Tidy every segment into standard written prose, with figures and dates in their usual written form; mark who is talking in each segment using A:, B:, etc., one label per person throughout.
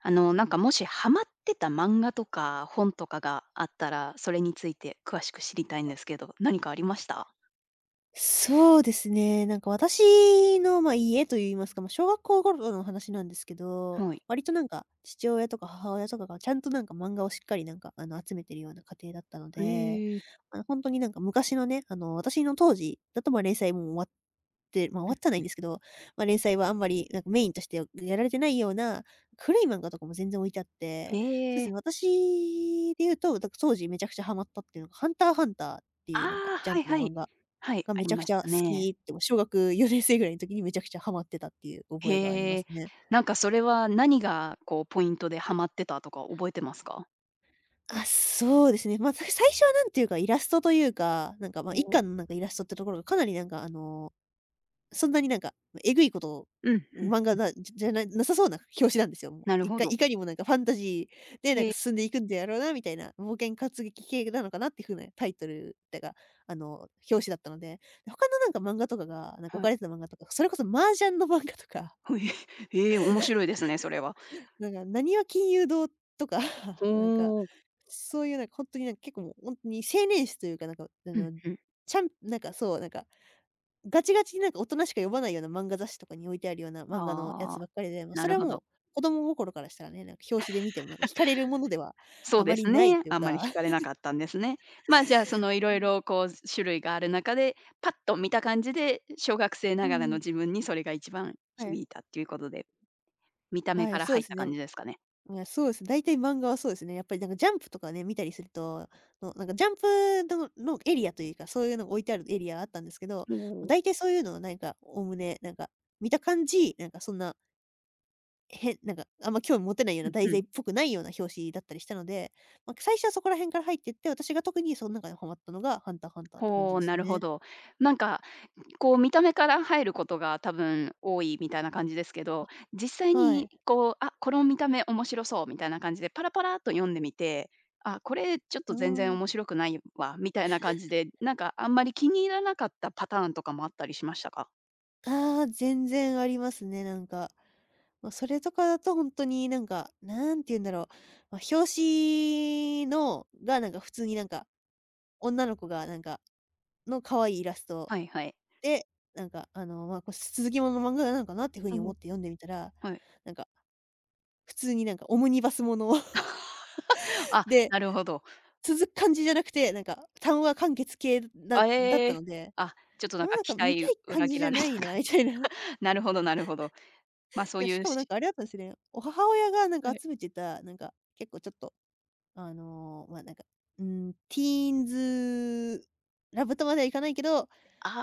A: なんかもしハマってた漫画とか本とかがあったら、それについて詳しく知りたいんですけど、何かありました？
B: そうですね。私の、まあ、家と言いますか、まあ、小学校頃の話なんですけど、
A: はい。
B: 割となんか父親とか母親とかがちゃんとなんか漫画をしっかりなんか、集めてるような家庭だったの
A: へ
B: で、
A: え。
B: 本当になんか昔のね、私の当時だと、ま、連載も終わってま、終わってないんですけど、まあ、連載はあんまりなんかメインとしてやられてないような古い漫画とかも全然置いてあって、そうで
A: へ
B: す
A: え。
B: ね、私で言うと、だから当時めちゃくちゃハマったっていうのがハンターハンターって
A: あ
B: いうなんか
A: あ、
B: ジャン
A: はい
B: プの
A: はい。
B: 漫画
A: はい、
B: が
A: あ
B: め
A: り
B: ちゃく
A: まし
B: ちゃ好
A: たね。
B: きって、小学4年生ぐらいの時にめちゃくちゃハマってたっていう覚えがありま
A: へ
B: す
A: え。
B: ね。
A: なんかそれは何がこうポイントでハマってたとか覚えてますか？
B: あ、そうですね。まあ、最初はなんていうか、イラストというか、なんか、まあ、一
A: お、
B: 巻のなんかイラストってところがかなりなんか、そんなになんか、えぐいことを
A: うんう
B: 漫
A: ん。
B: 画だじゃじゃななさそうな表紙なんですよ、も
A: な
B: う。
A: るほど。
B: いかにもなんかファンタジーでなん
A: へ
B: か
A: え、
B: 進んでいくんでやろうなみたいな、冒険活劇系なのかなっていう風なタイトルっか、あの、表紙だったので、他のなんか漫画とかが、なんか置
A: は
B: か
A: い。
B: れてた漫画とか、それこそ麻雀の漫画とか
A: ほえ。へえ、面白いですね、それは。
B: なんか、何は金融堂とか、
A: ほ
B: なんか、
A: お。
B: そういうなんか本当になんか結構もう本当に青年誌というか、なんか、あ
A: う
B: の、
A: んうん。
B: ちゃんなんかそう、なんか、ガチガチになんか大人しか読まないような漫画雑誌とかに置いてあるような漫画のや
A: あ
B: つ
A: あ、
B: ばっかりで、もう
A: な
B: それ
A: る
B: は
A: ほ
B: もう
A: ど。
B: 子供心からしたらね、なんか表紙で見てもなんか惹かれるものでは
A: そ
B: あ
A: う
B: ま
A: で
B: り
A: す
B: ない
A: ね。
B: という
A: あんまり
B: か。
A: 惹かれなかったんですね。まあ、じゃあ、その、い
B: う
A: ろい
B: ん。
A: ろこう、種類がある中で、パッと見た感じで、小学生
B: う
A: ながらの
B: ん。
A: 自分にそれが一番
B: はい。
A: 響いたっていうことで、見た目
B: は
A: か
B: い、
A: ら
B: そうで
A: 入っ
B: す
A: た
B: ね。
A: 感じですかね？
B: いや、そうです。大体漫画はそうですね。やっぱりなんかジャンプとかね、見たりすると、のなんかジャンプののエリアというか、そういうのが置いてあるエリアがあったんですけど、
A: う
B: ま
A: ん。
B: 大体そういうのをなんか、おおむね、なんか、見た感じ、なんかそんな、変なんか、あんま興味持てないよう
A: う
B: な
A: ん
B: 題
A: う
B: 材っ
A: ん。
B: ぽくないような表紙だったりしたので、まあ、最初はそこら辺から入って、私が特にその中にハマったのが、ハンターハンターって感じ
A: ほ
B: で
A: う、
B: す
A: なるほ
B: ね。
A: ど。なんかこう見た目から入ることが多分多いみたいな感じですけど、実際
B: は
A: に
B: い。
A: こう、あ、この見た目面白そうみたいな感じでパラパラっと読んでみて、あ、これちょっと
B: う
A: 全然
B: ーん。
A: 面白くないわみたいな感じで、なんかあんまり気に入らなかったパターンとかもあったりしましたか？
B: ああ、全然ありますね、なんか。まあ、それとかだと本当になんか、なんて言うんだろう、まあ、表紙のがなんか普通になんか、女の子がなんかの可愛いイラスト
A: はいはい。
B: で、なんかまあ、これ続きものの漫画なのかなっていうふう
A: う
B: に思っ
A: ん、
B: て読んでみたら、
A: はい。
B: なんか普通になんかオムニバスもの
A: あ、
B: で、
A: なるほど。
B: 続く感じじゃなくて、なんか単話完結系
A: あ、
B: だっ
A: え
B: た
A: え。
B: ので、
A: あ、ちょっとな
B: あ、
A: んか
B: なん
A: 期
B: か見た
A: 待
B: い感
A: 裏
B: じ
A: 切
B: じ
A: ら
B: ゃ
A: れ
B: な
A: た
B: い
A: 感
B: なみた
A: じ。
B: いな。い
A: なるほどなるほど。ま、そう
B: や、
A: い
B: し
A: う
B: かもなん
A: し、
B: かあれだったんですね。お母親がなん
A: は
B: か
A: い。
B: 集めてた、なんか結構ちょっとま、なんか、うん、ティーンズラブとまではいかないけど、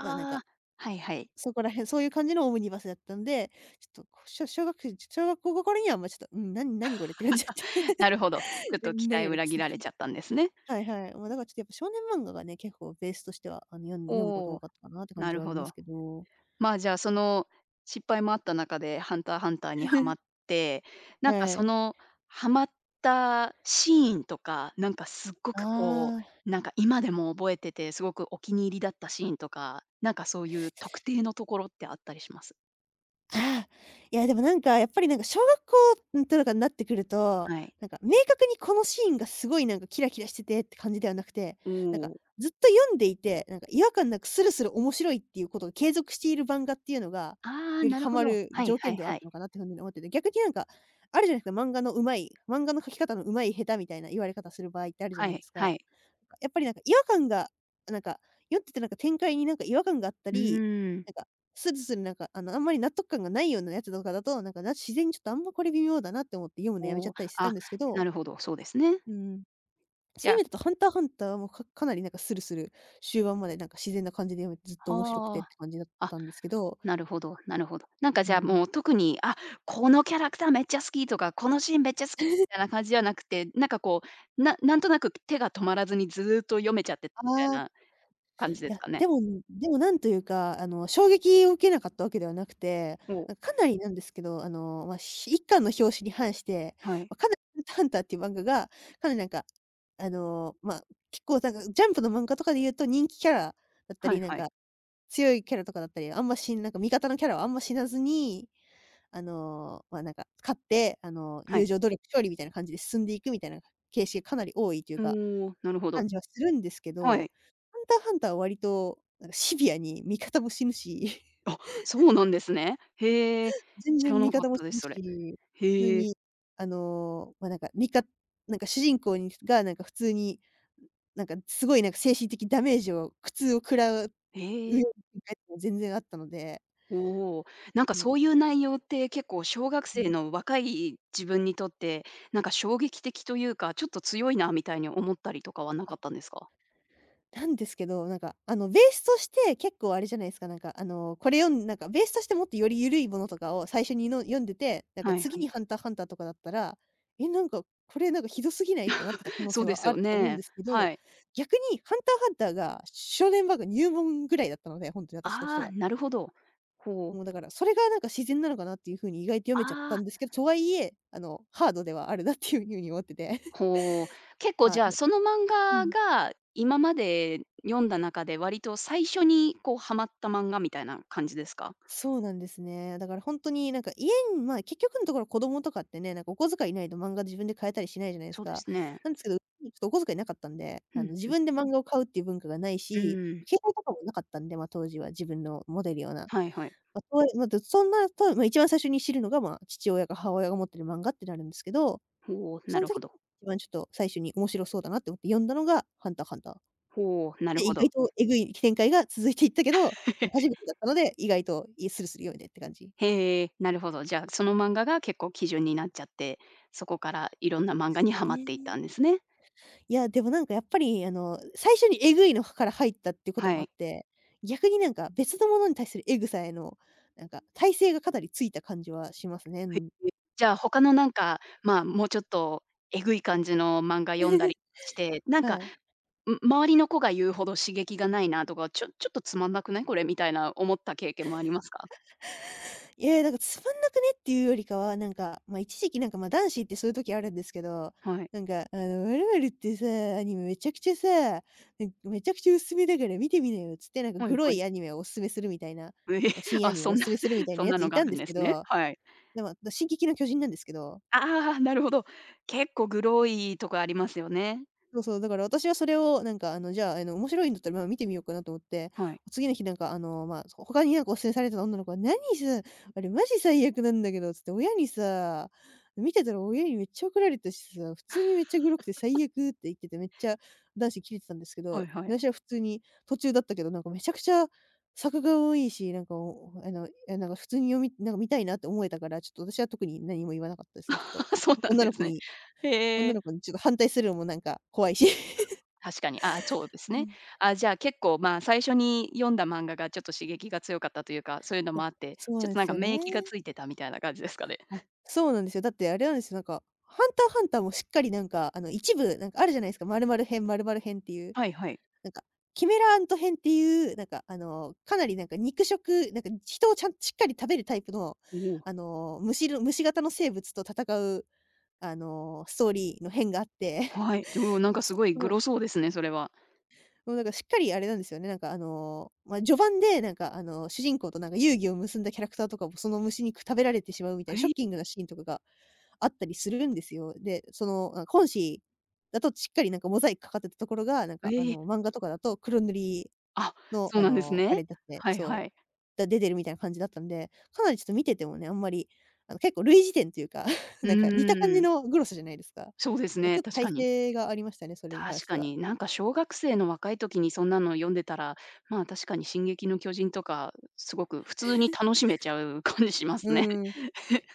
B: ま、なんか、
A: あ、はいはい。
B: そこら辺、そういう感じのオムニバスだったんで、ちょっと、こ小小学生小学校頃には、ま、ちょっと、うん、なにこれって感じだって。
A: なるほど。ちょっ と
B: な
A: 期
B: 何
A: 待
B: これっ
A: 裏
B: つ
A: 切
B: て。
A: られちゃったんですね。
B: はいはい。ま、だからちょっとやっぱ少年漫画がね、結構ベースとしては、読むこと
A: お
B: 多
A: お、
B: かったかなって感
A: な
B: じ
A: る
B: はあり
A: ほ
B: ます
A: ど。
B: けど。
A: まあ、じゃあ、その失敗もあった中で、ハンターハンターにはまっ て、なんか
B: は
A: そ
B: い。
A: の、はまったシーンとか、なんかすっご
B: あ
A: くこ
B: あ。
A: う、なんか今でも覚えてて、すごくお気に入りだったシーンとか、なんかそういう特定のところってあったりします？
B: ああ、いや、でもなんか、やっぱりなんか小学校、ん、とかになってくると、
A: はい。
B: なんか明確にこのシーンがすごいなんかキラキラしててって感じではなくて、
A: お
B: なんか
A: お。
B: ずっと読んでいて、なんか違和感なくスルスル面白いっていうことを継続している漫画っていうのが、
A: ああ、
B: より
A: なる
B: ハ
A: ほ
B: マ
A: ど。
B: る
A: はい
B: 条
A: は
B: 件
A: い
B: ではあっ
A: は
B: た
A: い。
B: のかなっていう風に思ってて、逆になんか、あるじゃないですか、漫画の描き方の上手い下手みたいな言われ方する場合ってあるじゃ
A: は
B: ないで
A: い
B: す
A: は
B: か。
A: い。
B: やっぱりなんか違和感が、なんか、読んでてなんか展開になんか違和感があった
A: う
B: り、
A: ーん。
B: なんかスルスルなんか、あんまり納得感がないようなやつとかだと、なんか、自然にちょっとあんまこれ微妙だなって思って読むのやめち
A: お
B: ゃっ
A: お、
B: たりしてたん
A: あ、
B: ですけど、
A: なるほど、そうですね。
B: うん。
A: じ
B: そうい
A: ゃ
B: う意味だとハンターハンターもかなりなんかスルスル終盤までなんか自然な感じで読めてずっと
A: あ、
B: 面白くてっ
A: はあ。
B: て感じだっ
A: あ、
B: たんですけど、
A: なるほど、なるほど。なんか
B: う
A: じゃあ
B: ん。
A: もう特に、あ、このキャラクターめっちゃ好きとか、このシーンめっちゃ好きみたいな感じじゃなくて、なんかこう、なんとなく手が止まらずにずーっと読めちゃってみ
B: あ
A: たい
B: あ。
A: な感じで
B: い
A: す
B: や、
A: かね？
B: でもなんというか、衝撃を受けなかったわけではなくて、
A: お、
B: あ、かなりなんですけど、まあ、一巻の表紙に反して、
A: はい。
B: ま、かなり、ハンターハンターっていう漫画が、かなりなんか、まあ、結構なんか、ジャンプの漫画とかで言うと人気キャラだった
A: はい
B: り、なん
A: はい。
B: か、強いキャラとかだったり、あんましなんか味方のキャラはあんま死なずに、まあ、なんか勝って、
A: は
B: 友
A: い。
B: 情努力勝利みたいな感じで進んでいくみたいな形式がかなり多いという
A: お
B: か
A: ー、なるほ
B: 感
A: ど。
B: じはするんですけ
A: は
B: ど、
A: い。
B: ハンターハンターは割となんかシビアに味方も死ぬし、
A: あ、そうなんですね。へえ、
B: 全
A: 知
B: 然
A: ら
B: 味
A: なかっ
B: 方も死
A: たで
B: ぬ
A: す、それ。
B: し、普通
A: へえ、
B: にま、なんかみかなんか主人公にがなんか普通に、なんかすごいなんか精神的ダメージを苦痛を食らう
A: へえ。
B: 全然あったので、
A: おお、なんか
B: うん、
A: そういう内容って結構小学
B: う
A: 生
B: ん。
A: の若い自分にとって、なんか衝撃的というか、ちょっと強いなみたいに思ったりとかはなか
B: あ
A: ったんですか？
B: なんですけど、なんか、ベースとして結構あれじゃないですか、なんか、あの、これ読んなんか、ベースとしてもっとより緩いものとかを最初に読んでて、なんか
A: はい
B: 次
A: は
B: に
A: い。
B: ハンターハンターとかだったら、え、なんか、これなんかひどすぎないってなってた可能
A: そ
B: 性
A: うで
B: は
A: す
B: あ
A: よ
B: ると思うん
A: ね。
B: ですけど、
A: はい。
B: 逆にハンターハンターが少年漫画入門ぐらいだったので、ほんとに私として
A: ああ、
B: は。
A: なるほど。ほう。
B: もうだから、それがなんか自然なのかなっていう風に意外と読めちゃっ
A: あ
B: たんです
A: あ、
B: けど、とはいえ、ハードではあるなっていう風に思ってて。
A: ほう。結構
B: あ、
A: じゃあ、その漫
B: う
A: 画
B: ん。
A: が今まで読んだ中で割と最初にこうハマった漫画みたいな感じですか？
B: そうなんですね。だから本当になんか家にまあ、結局のところ子供とかってね、なんかお小遣いないと漫画自分で買えたりしないじゃないです
A: そうで
B: か。
A: すね。
B: なんですけど、うちちょっとお小遣いなかったんで、
A: う
B: 自
A: ん。
B: 分で漫画を買うっていう文化がない
A: う
B: し、ま
A: ん。
B: 携帯とかもなかったんで、ま、当時は自分の持てるような。
A: はいはい。
B: まあ、そういまあ、でそんなと、まあ、一番最初に知るのが、まあ、父親か母親が持ってる漫画ってなるんですけど、
A: ほう、
B: そ
A: な
B: の
A: る
B: 時
A: ほど。
B: 一番ちょっと最初に面白そうだなって思って読んだのがハンターハンター。
A: ほう、なる
B: で、
A: ほ
B: 意
A: ど。
B: 外とえぐい展開が続いていったけど、初めてだったので、意外と、スルスル読めてって感じ。
A: へえ、なるほど。じゃあ、その漫画が結構基準になっちゃって、そこからいろんな漫画には
B: え
A: まっていったんで
B: え、
A: すね。
B: いや、でもなんかやっぱりあの、最初にエグいのから入ったっていうことも
A: は
B: あっ
A: い。
B: て、逆になんか別のものに対するエグさへの、なんか耐性がかなりついた感じはしますね。うん。
A: じゃあ、他のなんか、まあ、もうちょっとえぐい感じの漫画読んだ りして、なん
B: は
A: か、
B: い。
A: ん、周りの子が言うほど刺激がないなとか、ちょちょっとつまんなくない？これみたいな思った経験もありますか？
B: いや、なんか「つまんなくね？」っていうよりかは、なんか、ま、一時期なんか、ま、男子ってそういう時あるんですけど、
A: はい。
B: なんか「あの、〇〇ってさ、アニメめちゃくちゃさ、めちゃくちゃおすすめだから見てみなよ」っつって、なんか
A: は
B: グ
A: い
B: ロ
A: はい。
B: いアニメをおすすめするみたいな、
A: ええ、
B: 新ア
A: あ、
B: ニメを
A: そ
B: お
A: ん
B: す
A: な
B: すめするみ たいな
A: そん
B: や
A: な
B: つ
A: の
B: い
A: があ
B: たん
A: る
B: で
A: ん
B: す
A: で
B: け
A: すね。
B: ど、
A: はい。
B: でも、「進撃の巨人」なんですけど。
A: ああ、なるほど。結構グロいとこありますよね。
B: そうそう、だから私はそれをなんかあの、じゃあ、あの、面白いんだったら、まあ、見てみようかなと思って、
A: はい。
B: 次の日なんかあの、まあ、他になんかお勧めされてた女の子が「何さ、あれマジ最悪なんだけど」つって「親にさ、見てたら親にめっちゃ怒られたしさ、普通にめっちゃグロくて最悪」って言ってて、めっちゃ男子キレてたんですけ
A: は
B: ど、
A: いはい。
B: 私は普通に途中だったけど、なんかめちゃくちゃ作画多いいし、なんかあの、え、なんか普通になんか見たいなって思えたから、ちょっと私は特に何も言わなかったですね。ちょっと
A: そうなん
B: 女
A: で
B: の子
A: すね。
B: に
A: へ
B: 女
A: え、
B: の子にちょっと反対するのもなんか怖いし。
A: 確かに、あ、そうです
B: う
A: ね。
B: ん。
A: あ、じゃあ結構、まあ、最初に読んだ漫画がちょっと刺激が強かったというか、そういうの
B: いや、
A: もあって、
B: そ
A: ち
B: う
A: ょっ
B: で
A: となん
B: す
A: か
B: よ
A: 免疫が
B: ね。
A: ついてたみたいな感じですかね。
B: あ、そうなんですよ。だってあれなんですよ、なんか、ハンターハンターもしっかりなんか、あの、一部なんかあるじゃないですか、〇〇編、〇〇編っていう、
A: はいはい。
B: なんか、キメラアント編っていう、なんか、あの、かなりなんか肉食、なんか人をちゃんしっかり食べるタイプの、
A: おお、
B: あの、虫型の生物と戦う、あの、ストーリーの編があって、
A: はい。でもなんか すごいグ
B: も
A: ロ
B: う
A: そうですね、それは。
B: もうなんかしっかりあれなんですよね、なんかあの、まあ、序盤でなんかあの、主人公となんか友誼を結んだキャラクターとかもその虫に食べられてしまうみたいな
A: え
B: ショッ
A: え、
B: キングなシーンとかがあったりするんですよ。で、その、あ、本誌だとしっかりなんかモザイクかかってたところが、なん
A: え
B: かあ
A: ー、
B: の、漫画とかだと黒塗り
A: あ、
B: の
A: そう
B: あ
A: なんです
B: の、あ
A: ね。
B: れだって
A: はいは
B: そ
A: い。
B: う、出てるみたいな感じだったんで、かなりちょっと見ててもね、あんまり、あの、結構類似点というか、
A: う
B: なんか似た感
A: ー
B: じ
A: ん、
B: のグロさじゃないですか。
A: そうですね、
B: ちょっと
A: 確
B: 耐
A: かに。
B: 性がありましたね、それに関
A: 確
B: して
A: か
B: は。
A: に、なんか小学生の若い時にそんなの読んでたら、まあ、確かに進撃の巨人とか、すごく普通に楽しめちゃう感じしま
B: う
A: すね。
B: ーん。い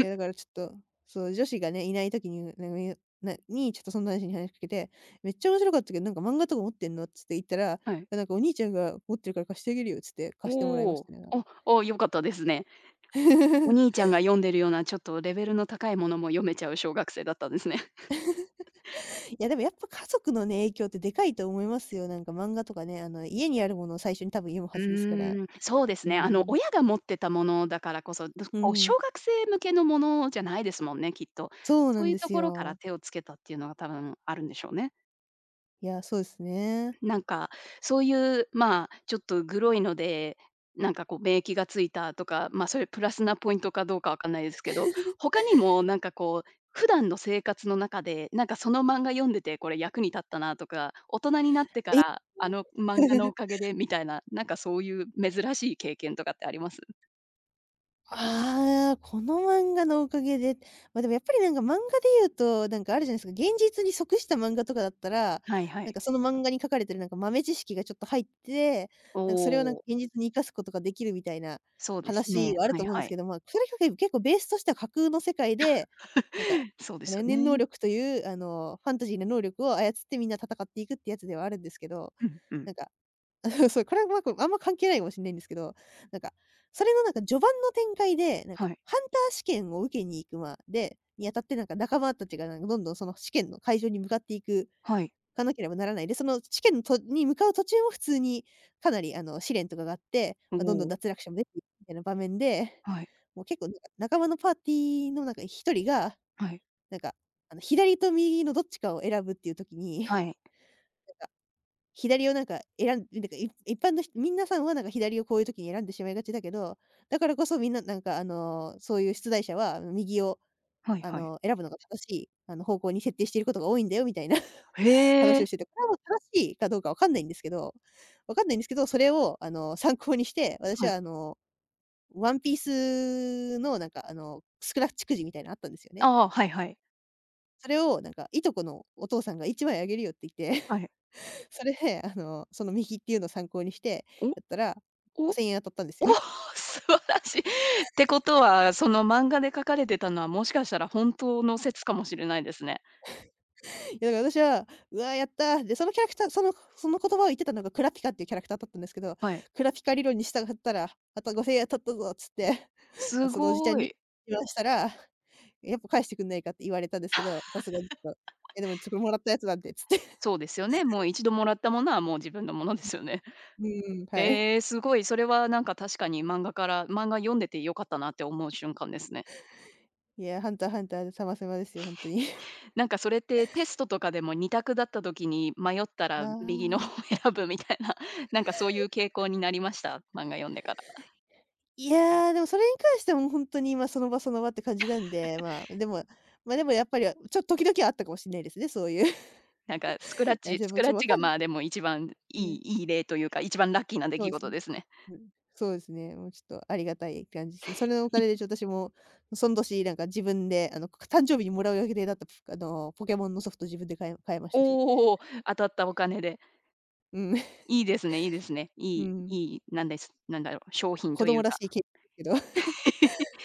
B: や、だからちょっと、そう、女子がね、いない時に、なんか、なに、ちょっとそんな話に話しかけて、「めっちゃ面白かったけど、なんか漫画とか持ってんの？」っつって言ったら、
A: はい。
B: 「なんかお兄ちゃんが持ってるから貸してあげるよ」っつって貸してもらいま
A: お
B: し
A: お、
B: たね。
A: あ、あ、良かったですね。お兄ち ゃんが読んでるようなちょっとレベルの高いものも読めちゃう小学生だったんですね。
B: いや、でもやっぱ家族のね、影響ってでかいと思いますよ。なんか漫画とかね、あの、家にあるものを最初に多分読むは
A: う
B: ずですから。
A: ーん、そうです
B: う
A: ね。
B: ん。
A: 親が持ってたものだからこそ、ど
B: う
A: こう
B: ん。
A: 小学生向けのものじゃないですもんね、きっと。
B: そうな
A: そう
B: ん
A: いう
B: で
A: と
B: す
A: ころから
B: よ。
A: 手をつけたっていうのが多分あるんでしょうね。
B: いや、そうですね。
A: なんか、そういう、まあ、ちょっとグロいので、なんかこう免疫がついたとか、ま、それプラスなポイントかどうかわかんないですけど、他にもなんかこう、普段の生活の中で、なんかその漫画読んでてこれ役に立ったなとか、大人になってか
B: え
A: らあの漫画のお かげでみたいな、なんかそういう珍しい経験とかってあります？
B: ああ、この漫画のおかげで、まあ、でもやっぱりなんか漫画で言うと、なんかあるじゃないですか、現実に即した漫画とかだったら、
A: はいは
B: なん
A: い。
B: かその漫画に書かれてるなんか豆知識がちょっと入って、
A: お
B: なんかそれをなんか
A: お、
B: 現実に生かすことができるみたいな
A: そうです
B: 話
A: ね。
B: はある
A: は
B: と
A: い
B: 思うんで
A: は
B: すけ
A: い。
B: ど、まあ、それが結構ベースとしては架空の世界で、なんか、
A: そうです
B: 念
A: よ
B: 々能
A: ね。
B: 力というあの、ファンタジーの能力を操ってみんな戦っていくってやつではあるんですけど、
A: うんうん。
B: なんか そう、これはあんま関係ないかもしれないんですけど、なんか、それのなんか序盤の展開で、なん
A: は
B: か、
A: い。
B: ハンター試験を受けに行くまでにあたって、なんか仲間たちがなんかどんどんその試験の会場に向かっていく
A: はい。
B: かなければならない。で、その試験のとに向かう途中も普通にかなりあの試練とかがあって、
A: お
B: まあ、どんどん
A: お、
B: 脱落者も出ていくみたいな場面で、
A: はい、
B: もう結構なんか仲間のパーティーのなんか一人が、
A: はい、
B: なんか、あの、左と右のどっちかを選ぶっていう時に
A: はい、
B: 左をなんかなんか、一般の人皆さんはなんか左をこういう時に選んでしまいがちだけど、だからこそみんななんかあの、そういう出題者は右を
A: はい
B: あ
A: はい。
B: の、選ぶのが正しい、あの、方向に設定していることが多いんだよみたいな
A: へ
B: 話
A: え、
B: をしてて、これはもう正しいかどうかわかんないんですけどわかんないんですけど、それをあの、参考にして、私
A: は
B: は
A: い。
B: あの、ワンピースのなんかあの、スクラッチくじみたいなのあったんですよね。
A: ああ、はいはい。
B: それをなんかいとこのお父さんが一枚あげるよって言って
A: はい。
B: それで、あの、その右っていうのを参考にして、
A: お、
B: やったら、
A: お
B: 5,000円当たったんです
A: お、
B: よ。
A: 素晴らしい。ってことは、その漫画で書かれてたのは、もしかしたら本当の説かもしれないですね。
B: いや、だから私は、「うわー、やったー」で、そのキャラクターその言葉を言ってたのがクラピカっていうキャラクターだったんですけど、
A: はい。
B: クラピカ理論に従ったら、あと5,000円当たったぞつって、
A: す
B: そのおじちゃ
A: ご
B: んに
A: い。
B: 話したら、やっぱ返してくんないかって言われたんですけど、さすがにちょっと、「え、でもちょ、これもらったやつなんで」つって。
A: そうですよね。もう一度もらったものはもう自分のものですよね。
B: う ん。はい。
A: えー、すごい。それはなんか確かに漫画から漫画読んでて良かったなって思う瞬間ですね。
B: いや、ハンターハンターで様々ですよ、本当に。
A: なんかそれってテストとかでも二択だった時に迷った
B: あ
A: ら右の方
B: あ。
A: を選ぶみたいな、なんかそういう傾向になりました？漫画読んでから。
B: いや、でもそれに関してはもうほんとに今その場その場って感じなんで、まあ、でもやっぱり、ちょっと時々はあったかもしんないですね、そういう。
A: なんかスクラッ
B: あ、
A: チ
B: じゃ、で
A: ス
B: も
A: ク
B: ち
A: ラ
B: ょ
A: ッ
B: わ
A: チ
B: か
A: が、
B: ん
A: まあ、でも一番い
B: ね、
A: いいい例というか、一番ラッキーな出
B: そう
A: 来
B: です
A: 事
B: ね。
A: ですね。
B: うん、そうですね、もうちょっとありがたい感じすね。それのお金でちょっと私も、そん年なんか自分であの、誕生日にもらう予定だった、あの、ポケモンのソフト自分で買えましたし。
A: おお、当たったお金で。
B: うん、
A: いいですねいいですね。
B: う
A: いい
B: ん。
A: いい、なんですなんだろう、商品
B: 子
A: とい
B: 供
A: う
B: らし
A: か。
B: いけど。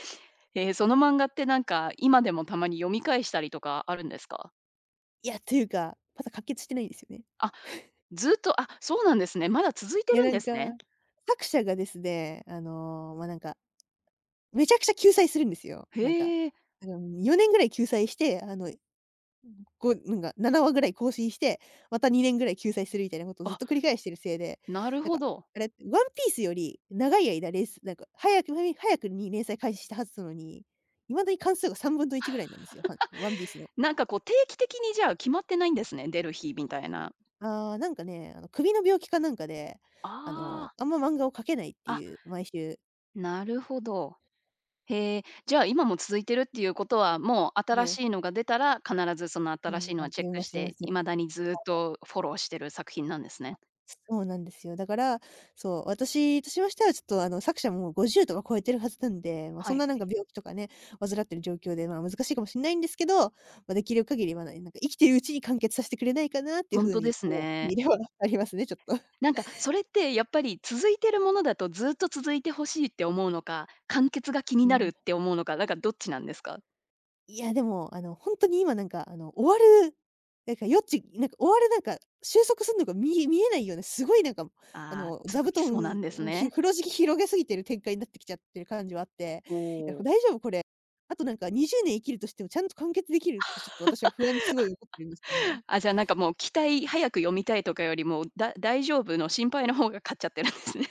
A: えー、その漫画ってなんか、今でもたまに読み返したりとかあるんですか？
B: いや、というか、まだ完結してないんですよね。
A: あ、ずっと、あ、そうなんですね。まだ続いて
B: いや、
A: る
B: な
A: んで
B: んか、
A: すね。
B: 作者がですね、あの、ま、なんかめちゃくちゃ救済するんですよ。
A: へ
B: なんか、
A: え、
B: あの、4年ぐらい救済して、あの、なんか7話ぐらい更新して、また2年ぐらい救済するみたいなことをずっ
A: あ、
B: と繰り返してるせいで、
A: なる
B: なん
A: ほ
B: か、
A: ど。
B: あれ、ワンピースより長い間、なんか、早くに連載開始したはずなのに、今だに巻数が3分の1ぐらいなんですよ、はワンピースの。
A: なんかこう定期的にじゃあ決まってないんですね、出る日みたいな。
B: ああ、なんかね、あの、首の病気かなんかで、あの、
A: あ
B: あんま漫画を描けないって
A: あ、あ、
B: いう、毎週
A: なるほど。へえ、じゃあ、今も続いてるっていうことは、もう新
B: ね、
A: しいのが出たら、必ずその
B: う
A: 新し
B: ん、
A: いの
B: あ、
A: はチェッ
B: 読み
A: ク
B: ます
A: し
B: 読みま
A: て、
B: す。
A: 未だにずっとフォローしてる作品なんですね。
B: そうなんですよ。だから、そう、私としましては、ちょっと、あの、作者ももう50とか超えてるはずなんで、まあ、そ
A: は
B: んな
A: い。
B: なんか病気とかね、患ってる状況で、まあ、難しいかもしれないんですけど、まあ、できる限りは、ないなんか生きてるうちに完結させてくれないかなっていう
A: ほ
B: ふ
A: ん
B: う
A: とで
B: に、
A: す
B: もう、
A: ね。
B: 見れは ありますね、ちょっと。
A: なんか、それってやっぱり続いてるものだとずっと続いてほしいって思うのか、完結が気に
B: う
A: なる
B: ん。
A: って思うのか、なんかどっちなんですか？
B: いや、でも、あの、本当に今なんか、あの、終わる、なんか、余地なんか、終わるなんか、収束するのが見えないような、すごいなんか、あ
A: ああ、
B: の、座
A: 続
B: 布
A: きそうな
B: 団、
A: んです
B: ひ
A: ね。
B: 風呂敷広げすぎてる展開になってきちゃってる感じはあって、
A: お
B: いや、
A: お。
B: 大丈夫？これ。あとなんか20年生きるとしてもちゃんと完結できるってちょっと私は不安にすごい思ってるんですけど、
A: あ、じゃあ、なんかもう期待早く読みたいとかよりも、だ、大丈夫の心配の方が勝っちゃってるんですね。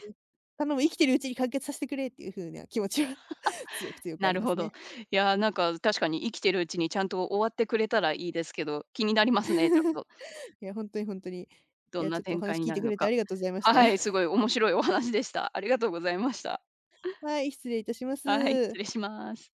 B: 頼む、生きてるうちに完結させてくれっていう風な気持ちは 強く強くあ
A: な
B: り
A: る
B: ます
A: ほど。
B: ね。
A: いやー、なんか確かに生きてるうちにちゃんと終わってくれたらいいですけど、気になりますね、ちょっと。
B: いや、本当に本当に。い
A: どん
B: や、ち
A: な
B: ょっとお
A: 展
B: 話
A: 開に
B: 聞い
A: な
B: て
A: る
B: く
A: の
B: れてあ
A: か。
B: りがとうございました。
A: は い、すごい面白いお話でした。ありがとうございました。
B: はい、失礼いたしま
A: はい、
B: す。
A: 失礼します。